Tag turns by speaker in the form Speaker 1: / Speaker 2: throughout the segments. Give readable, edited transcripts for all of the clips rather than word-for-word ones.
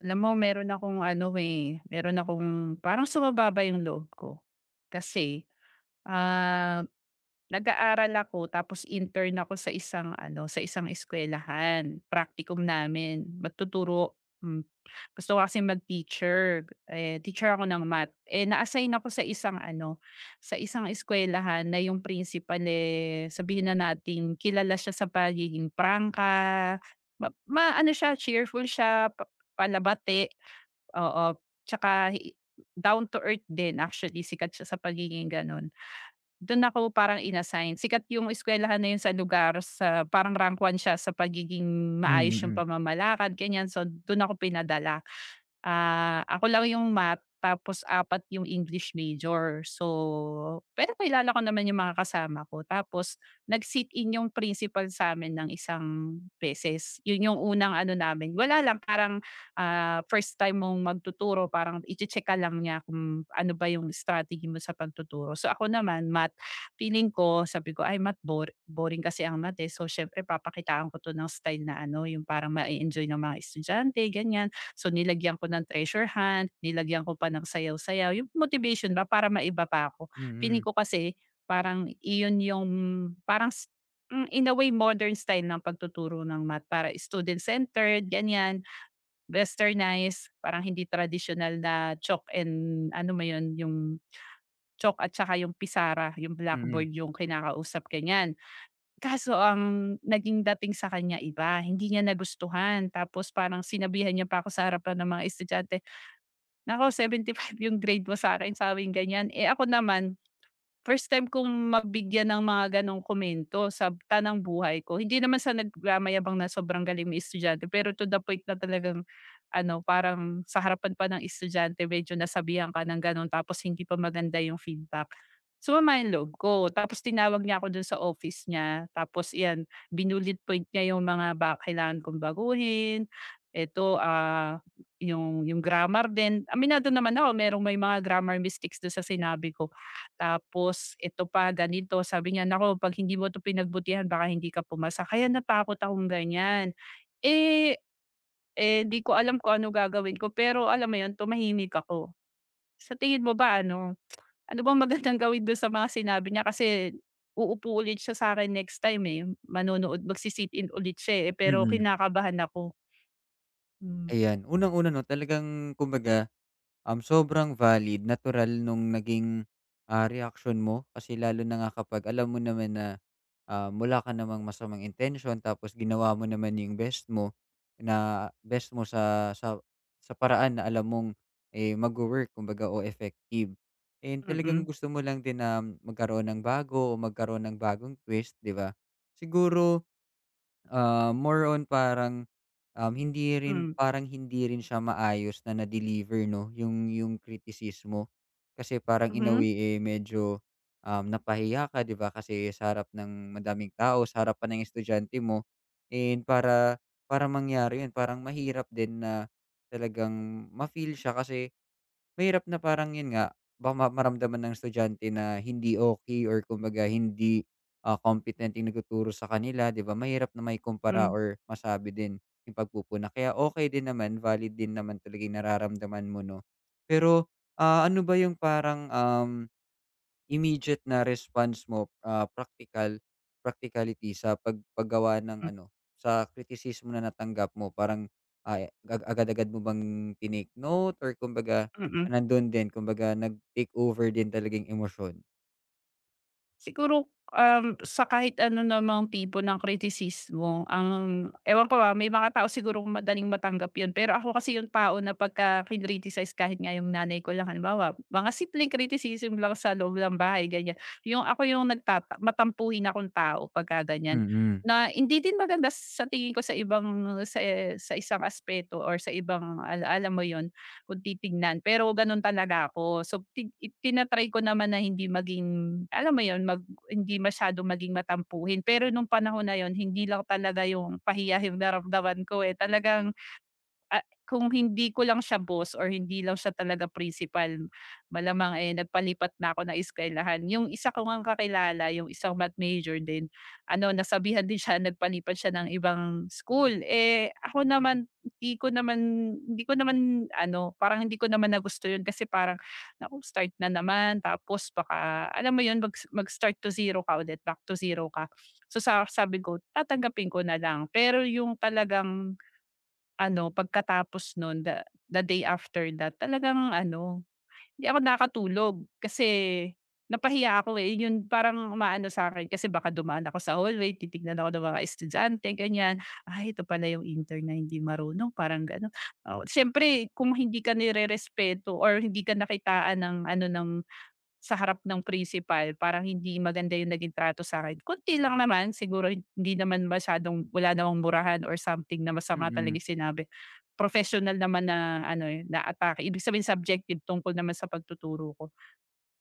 Speaker 1: Alam mo, meron akong ano, eh, meron akong parang sumababa yung loob ko. Kasi, ah, nag-aaral ako tapos intern ako sa isang ano, sa isang eskwelahan praktikum namin, magtuturo. Hmm, gusto ko kasing mag-teacher, eh, teacher ako ng math. Eh, na-assign ako sa isang ano, sa isang eskwelahan na yung principal, eh, sabihin na natin kilala siya sa pagiging prangka, ma ma- ano siya, cheerful siya, palabati. Oo, tsaka down to earth din, actually sikat siya sa pagiging gano'n. Do'n ako parang in Sikat yung eskuwelahan na 'yun sa lugar, sa parang rank 1 siya sa pagiging maayos
Speaker 2: Mm,
Speaker 1: yung
Speaker 2: mm,
Speaker 1: pamamalakad, ganiyan. So, do'n ako pinadala. Ah, ako lang yung math, tapos 4 yung English major. So, pero kilala ko naman yung mga kasama ko. Tapos nag-sit-in yung principal sa'min ng isang beses. Yun yung unang ano namin, wala lang parang, first time mong magtuturo, parang iche-check ka lang niya kung ano ba yung strategy mo sa pagtuturo. So, ako naman math, feeling ko sabi ko, "Ay, math, boring kasi ang math, eh. So, siyempre papakitaan ko 'to ng style na ano, yung parang ma-e-enjoy ng mga estudyante," ganyan. So, nilagyan ko ng treasure hunt, nilagyan ko pa ng sayaw-sayaw, yung motivation ba para maiba pa ako. Feeling
Speaker 2: mm,
Speaker 1: ko kasi parang iyon yung parang in a way modern style ng pagtuturo ng math para student-centered, ganyan, westernized, parang hindi tradisyonal na chalk and ano mo yun, yung chalk at saka yung pisara, yung
Speaker 2: mm,
Speaker 1: blackboard yung kinakausap, ganyan. Kaso ang naging dating sa kanya iba, hindi niya nagustuhan tapos parang sinabihan niya pa ako sa harapan ng mga estudyante, 75 yung grade mo sa'kin," sabing ganyan. Eh, ako naman, first time kong mabigyan ng mga gano'ng komento sa tanang buhay ko. Hindi naman sa nagmamayabang na sobrang galing na estudyante, pero to the point na talagang ano, parang sa harapan pa ng estudyante medyo nasabihan ka ng gano'n tapos hindi pa maganda yung feedback. Sumama yung loob ko, tapos tinawag niya ako dun sa office niya, tapos iyan, binullet point niya yung mga ba kailangan kong baguhin, eto, yung grammar din. Aminado naman ako, merong may mga grammar mistakes do'n sa sinabi ko. Tapos ito pa ganito, sabi niya, "Naku, 'pag hindi mo 'to pinagbutihan baka hindi ka pumasa." Kaya natakot akong ganiyan. Eh, eh, 'di ko alam kung ano gagawin ko pero alam mo 'yun, tumahimik ako. Sa tingin mo ba ano, ano bang magandang gawin do'n sa mga sinabi niya kasi uupo ulit siya sa'kin next time, eh, manonood, magsi in ulit siya, eh, pero
Speaker 2: mm.
Speaker 1: kinakabahan ako. Hmm,
Speaker 2: Ayan, unang-una 'no, talagang kumbaga, sobrang valid, natural nung naging, reaksyon mo kasi lalo na nga kapag alam mo naman na, wala ka namang masamang intensyon tapos ginawa mo naman yung best mo na best mo sa paraan na alam mong, eh, magwo-work kumbaga o effective. And talagang
Speaker 1: mm,
Speaker 2: gusto mo lang din na magkaroon ng bago o magkaroon ng bagong twist, 'di ba? Siguro more on parang, hindi rin
Speaker 1: hmm,
Speaker 2: parang hindi rin siya maayos na na-deliver 'no, yung kritisismo. Kasi parang in a
Speaker 1: mhm,
Speaker 2: way, eh, medyo, napahiya ka, 'di ba, kasi sa harap ng madaming tao, sa harap pa ng estudyante mo. And para para mangyari yun, parang mahirap din na talagang ma-feel siya kasi mahirap na parang yun nga, baka maramdaman ng estudyante na hindi okay or kumbaga hindi, competent yung nagtuturo sa kanila, 'di ba? Mahirap na may maikumpara
Speaker 1: hmm,
Speaker 2: or masabi din yung pagpupuna. Kaya okay din naman, valid din naman talaga yung nararamdaman mo, 'no? Pero, ano ba yung parang, immediate na response mo, practicality sa pag ng
Speaker 1: mm,
Speaker 2: ano, sa kritisismo na natanggap mo parang, ah, agad-agad mo bang tinake note or kumbaga
Speaker 1: mm.
Speaker 2: nandun din kumbaga nag-take over din talagang yung emosyon?
Speaker 1: Siguro, sa kahit ano namang tipo ng kritisismo ang ewan ko, ba may mga tao siguro madaling matanggap 'yun, pero ako kasi yung tao na pagka kinritisize kahit nga yung nanay ko lang halimbawa, mga simpleng criticism lang sa loob ng bahay ganiyan, yung ako yung matampuhin akong tao pagka ganiyan,
Speaker 2: Mm,
Speaker 1: na hindi din maganda sa tingin ko sa ibang sa isang aspeto or sa ibang alam mo 'yun, kung titignan, pero gano'n talaga ako. So, tina-try ko naman na hindi maging, alam mo 'yun, hindi masyadong maging matampuhin. Pero nung panahon na 'yun, hindi lang talaga 'yung pahiya 'yung naramdaman ko, eh, talagang, kung hindi ko lang siya boss or hindi lang siya talaga principal, malamang, eh, nagpalipat na ako ng eskuwelahan. Yung isa ko ngang kakilala, yung isang math major din, ano, nasabihan din siya, nagpalipat siya ng ibang school. Eh, ako naman, hindi ko naman ano, parang hindi ko naman nagusto yun kasi parang, naku, start na naman tapos baka alam mo yun, mag-start to zero ka ulit, back to zero ka. So, sa sabi ko, tatanggapin ko na lang. Pero yung talagang ano, pagkatapos nun the day after that talagang ano, hindi ako nakatulog kasi napahiya ako, eh. Yun parang umaano sa'kin kasi baka dumaan ako sa hallway, titignan ako ng mga estudyante, ganyan. "Ay, ito pala yung intern na hindi marunong," parang gano'n. Oo, siyempre kung hindi ka respeto or hindi ka nakitaan ng ano, ng sa harap ng principal, parang hindi maganda yung naging trato sa akin. Konti lang naman siguro, hindi naman masyadong, wala namang murahan or something na masama talaga
Speaker 2: mm.
Speaker 1: yung sinabi. Professional naman na ano, eh, na atake. Ibig sabihin subjective tungkol naman sa pagtuturo ko.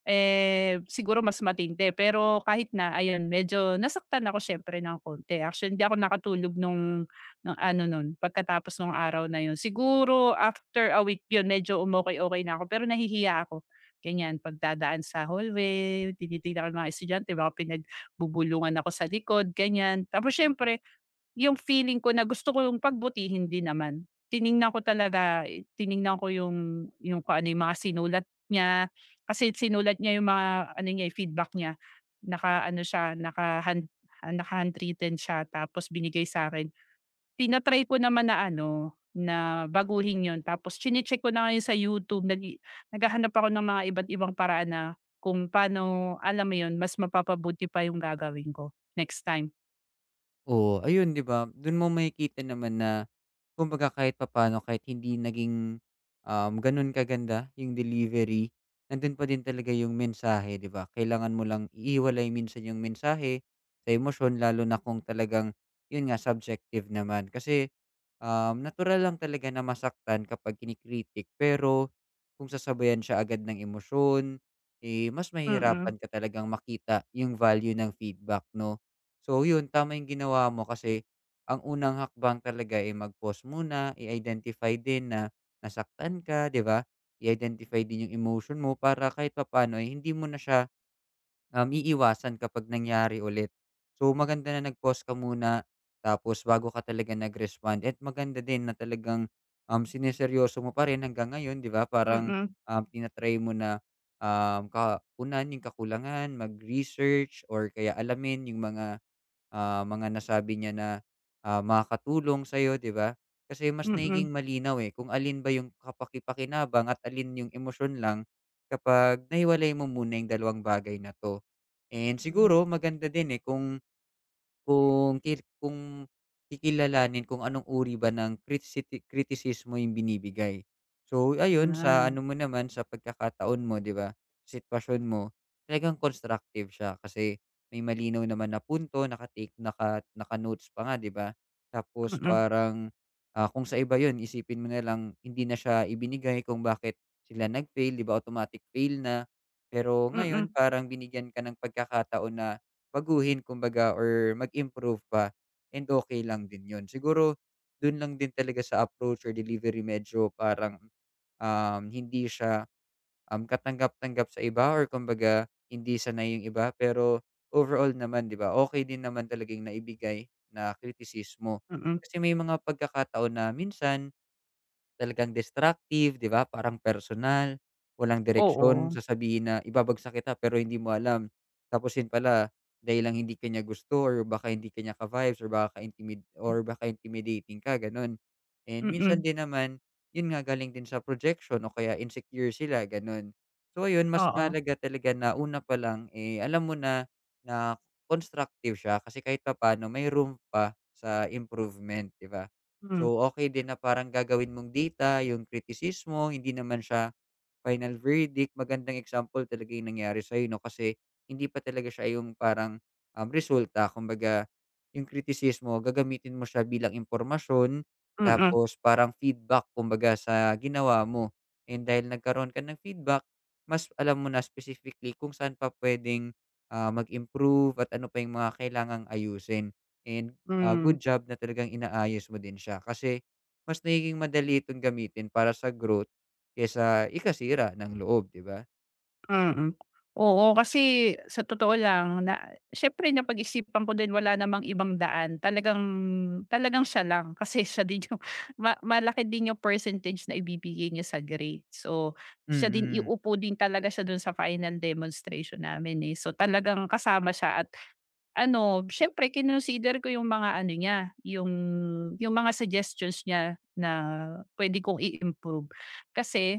Speaker 1: Eh, siguro mas matindi, pero kahit na ayan medyo nasaktan ako siyempre ng konti. Actually hindi ako nakatulog nung ano nun pagkatapos nung araw na yun. Siguro after a week yun medyo okay na ako pero nahihiya ako, ganyan. Pagdadaan sa hallway tinitignan ko yung mga estudyante baka pinagbubulungan ako sa likod, ganyan. Tapos siyempre yung feeling ko na gusto ko yung pagbutihin din naman. Tiningnan ko talaga, eh, tiningnan ko yung kung ano yung mga sinulat niya, kasi sinulat niya yung mga ano niya, eh, feedback niya. Naka-ano siya, naka-handwritten siya tapos binigay sa'kin. Tina-try ko naman na ano, na baguhin yon tapos chine-check ko na ngayon sa YouTube, naghahanap ako ng mga iba't ibang paraan na kung paano, alam mo yon, mas mapapabuti pa yung gagawin ko next time.
Speaker 2: Oo, ayun 'di ba, dun mo makikita naman na kumbaga kahit papaano kahit hindi naging, ganun kaganda yung delivery, nandun pa din talaga yung mensahe, 'di ba? Kailangan mo lang ihiwalay minsan yung mensahe sa emosyon lalo na kung talagang yun nga subjective naman. Kasi, natural lang talaga na masaktan kapag kini-critic pero kung sasabayan siya agad ng emosyon, eh, mas
Speaker 1: Mm,
Speaker 2: mahihirapan ka talagang makita yung value ng feedback 'no. So yun, tama yung ginawa mo kasi ang unang hakbang talaga, ay mag-pause muna, i-identify din na nasaktan ka, 'di ba? I-identify din yung emotion mo para kahit papaano, eh, hindi mo na siya, iiwasan kapag nangyari ulit. So maganda na nag-pause ka muna, tapos bago ka talaga nag-respond at maganda din na talagang, sineseryoso mo pa rin hanggang ngayon, 'di ba? Parang,
Speaker 1: mm,
Speaker 2: tina mo na, ka yung kakulangan, mag-research or kaya alamin yung mga mga nasabi niya na, makakatulong sa'yo, 'di ba? Kasi mas
Speaker 1: mm.
Speaker 2: nagiging malinaw, eh, kung alin ba yung kapaki at alin yung emosyon lang kapag nahiwalay mo muna yung dalawang bagay na 'to. And
Speaker 1: Mhm,
Speaker 2: siguro maganda din, eh, kung kikilalanin kung anong uri ba ng critici- criticism mo yung binibigay. So ayun, sa
Speaker 1: ah,
Speaker 2: ano mo naman, sa pagkakataon mo, 'di ba, sa sitwasyon mo, talagang constructive siya kasi may malinaw naman na punto, naka-take naka naka-notes pa nga, 'di ba? Tapos
Speaker 1: mm,
Speaker 2: parang, kung sa iba yun isipin mo na lang hindi na siya ibinigay kung bakit sila nag-fail, 'di ba, automatic fail na. Pero
Speaker 1: mm,
Speaker 2: ngayon parang binigyan ka ng pagkakataon na baguhin kumbaga or mag-improve pa, and okay lang din 'yun. Siguro dun lang din talaga sa approach or delivery medyo parang, hindi siya, katanggap-tanggap sa iba or kumbaga hindi sanay yung iba. Pero overall naman 'di ba, okay din naman talagang naibigay na kritisismo.
Speaker 1: mm,
Speaker 2: Kasi may mga pagkakataon na minsan talagang destructive, 'di ba? Parang personal, walang
Speaker 1: oo,
Speaker 2: direksyon, sasabihin na ibabagsak kita pero hindi mo alam. Tapos yun pala, dahil lang hindi kanya gusto or baka hindi kanya niya ka-vibes or baka ka-intimid or baka intimidating ka, gano'n. And minsan
Speaker 1: mm,
Speaker 2: din naman, yun nga galing din sa projection o kaya insecure sila, gano'n. So ayun, mas
Speaker 1: oo,
Speaker 2: mahalaga talaga na una pa lang, eh, alam mo na, na constructive siya kasi kahit papaano may room pa sa improvement, 'di ba?
Speaker 1: hmm,
Speaker 2: So, okay din na parang gagawin mong dita yung kritisismo, hindi naman siya final verdict. Magandang example talaga yung nangyari sa'yo 'no, kasi hindi pa talaga siya yung parang, resulta. Kumbaga, yung kritisismo gagamitin mo siya bilang impormasyon,
Speaker 1: mm,
Speaker 2: tapos parang feedback kumbaga sa ginawa mo. And dahil nagkaroon ka ng feedback, mas alam mo na specifically kung saan pa puwedeng, mag-improve at ano pa yung mga kailangang ayusin. And,
Speaker 1: hmm,
Speaker 2: good job na talagang inaayos mo din siya kasi mas nagiging madali itong gamitin para sa growth kaysa ikasira ng loob, 'di ba?
Speaker 1: mm. Oo, kasi sa totoo lang na siyempre napag-isipan ko din, wala namang ibang daan, talagang talagang siya lang kasi siya din yung malaki din yung percentage na ibibigay niya sa grade. So, siya din,
Speaker 2: Mm,
Speaker 1: iuupo din talaga siya dun sa final demonstration namin, eh. So, talagang kasama siya at ano, siyempre kinonsider ko yung mga ano niya, yung mga suggestions niya na puwede kong i-improve. Kasi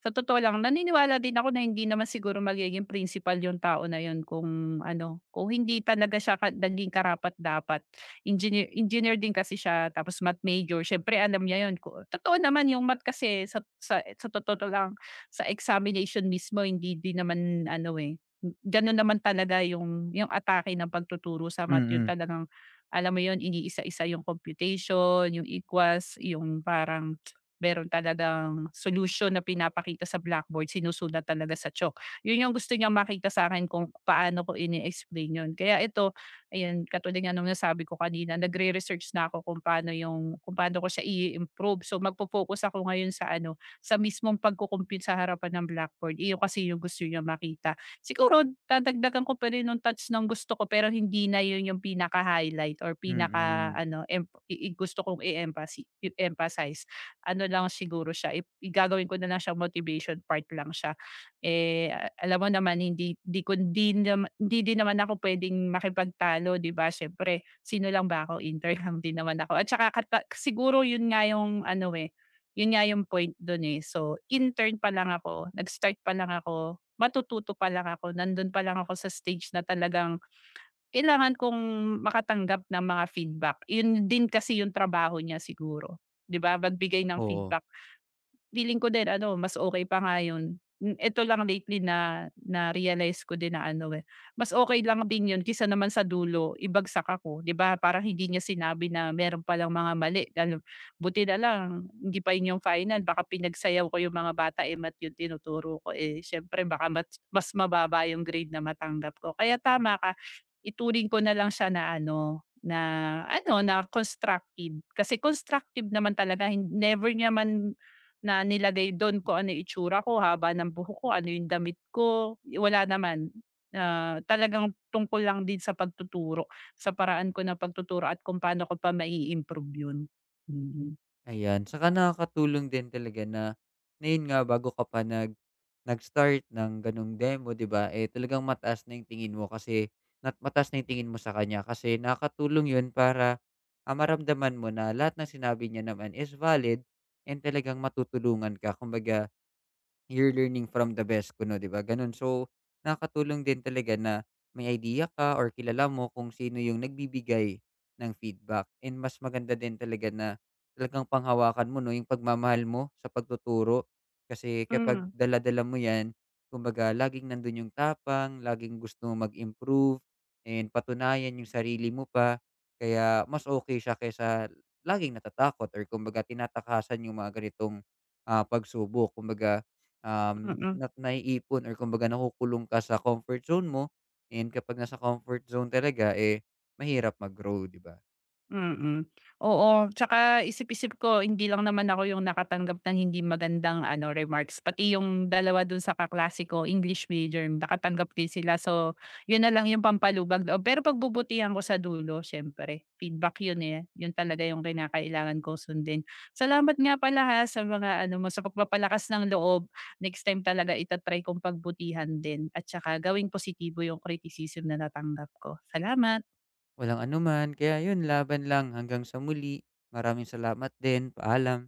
Speaker 1: sa totoo lang, naniniwala din ako na hindi naman siguro magiging principal yung tao na yun kung ano, kung hindi talaga siya naging karapat-dapat. Engineer engineer din kasi siya tapos math major, siyempre alam niya yun, totoo naman yung math kasi sa totoo lang, sa examination mismo hindi din naman ano, eh, gano'n naman talaga yung atake ng pagtuturo sa math, yun
Speaker 2: mm,
Speaker 1: talagang alam mo yun, iniisa-isa yung computation, yung equals, yung parang meron talagang solution na pinapakita sa blackboard, sinusulat talaga sa chalk. Yun yung gusto niyang makita sa akin kung paano ko ini-explain yun. Kaya ito, ayan, katulad nga nung nasabi ko kanina, nagre-research na ako kung paano ko siya i-improve. So, magfo-focus ako ngayon sa ano, sa mismong sa harapan ng blackboard. Iyon kasi yung gusto niya makita. Siguro dadagdagan ko pa rin nung touch ng gusto ko, pero hindi na yun yung pinaka-highlight or
Speaker 2: mm.
Speaker 1: pinaka-ano, em i gusto kong i-emphasize, ano lang siguro siya, ip i gagawin ko na lang siya, motivation part lang siya. Eh, alam mo naman, hindi hindi ko di nam hindi din naman ako puwedeng makipagtalo, 'di ba, siyempre sino lang ba ako, intern lang din naman ako, at saka kata siguro 'yun nga 'yung ano, eh, 'yun nga 'yung point do'n, eh. So, intern pa lang ako, nag-start pa lang ako, matututo pa lang ako, nandun pa lang ako sa stage na talagang kailangan kong makatanggap ng mga feedback. 'Yun din kasi 'yung trabaho niya siguro, 'di ba, magbigay ng
Speaker 2: Oo,
Speaker 1: feedback, feeling ko din ano, mas okey pa nga yun. Hmm, eto lang lately na na-realize ko din na ano, eh, mas okey lang din yun kaysa naman sa dulo ibagsak ako, 'di ba? Parang hindi niya sinabi na meron palang mga mali lalo, buti na lang hindi pa yun yung final, baka pinagsayaw ko yung mga bata, eh, math yung tinuturo ko, eh, siyempre baka mas mababa yung grade na matanggap ko. Kaya tama ka, ituring ko na lang siya na ano, na ano, na constructive. Kasi constructive naman talaga, never niya man na nilagay don kung ano yung itsura ko, haba ng buhok ko, ano yung damit ko, wala naman. Ah, talagang tungkol lang din sa pagtuturo, sa paraan ko ng pagtuturo at kung paano ko pa mai-improve yun. Mm.
Speaker 2: ayan. Saka nakakatulong din talaga na ngayon nga bago ka pa nag-start ng gano'ng demo, 'di ba, eh, talagang mataas na 'yung tingin mo kasi mataas na 'yung tingin mo sa kanya kasi nakakatulong 'yun para, maramdaman mo na lahat ng sinabi niya naman is valid and talagang matutulungan ka. Kumbaga you're learning from the best kuno, 'di ba, gano'n. So, nakakatulong din talaga na may idea ka or kilala mo kung sino yung nagbibigay ng feedback, and mas maganda din talaga na talagang panghawakan mo 'no, yung pagmamahal mo sa pagtuturo. Kasi kapag
Speaker 1: Hmm,
Speaker 2: dala-dala mo 'yan, kumbaga laging nando'n yung tapang, laging gusto mong mag-improve and patunayan yung sarili mo pa. Kaya mas okay siya kaysa laging natatakot or kumbaga tinatakasan yung mga ganitong, pagsubok. Kumbaga,
Speaker 1: mm.
Speaker 2: na naiipon or kumbaga nakukulong ka sa comfort zone mo and kapag nasa comfort zone talaga, eh, mahirap mag-grow, 'di ba?
Speaker 1: Mm. Oo, tsaka isip-isip ko hindi lang naman ako yung nakatanggap ng hindi magandang ano, remarks, pati yung dalawa dun sa kaklase ko, English major, nakatanggap din sila. So, yun na lang yung pampalubag loob. Pero pagbubutihan ko, sa dulo siyempre feedback yun, eh. Yun talaga yung kinakailangan ko sundin. Salamat nga pala, ha, sa mga ano mo, sa pagpapalakas ng loob. Next time talaga ita-try kong pagbutihan din at tsaka gawing positibo yung criticism na natanggap ko. Salamat.
Speaker 2: Walang anuman, kaya 'yun, laban lang hanggang sa muli. Maraming salamat din, paalam.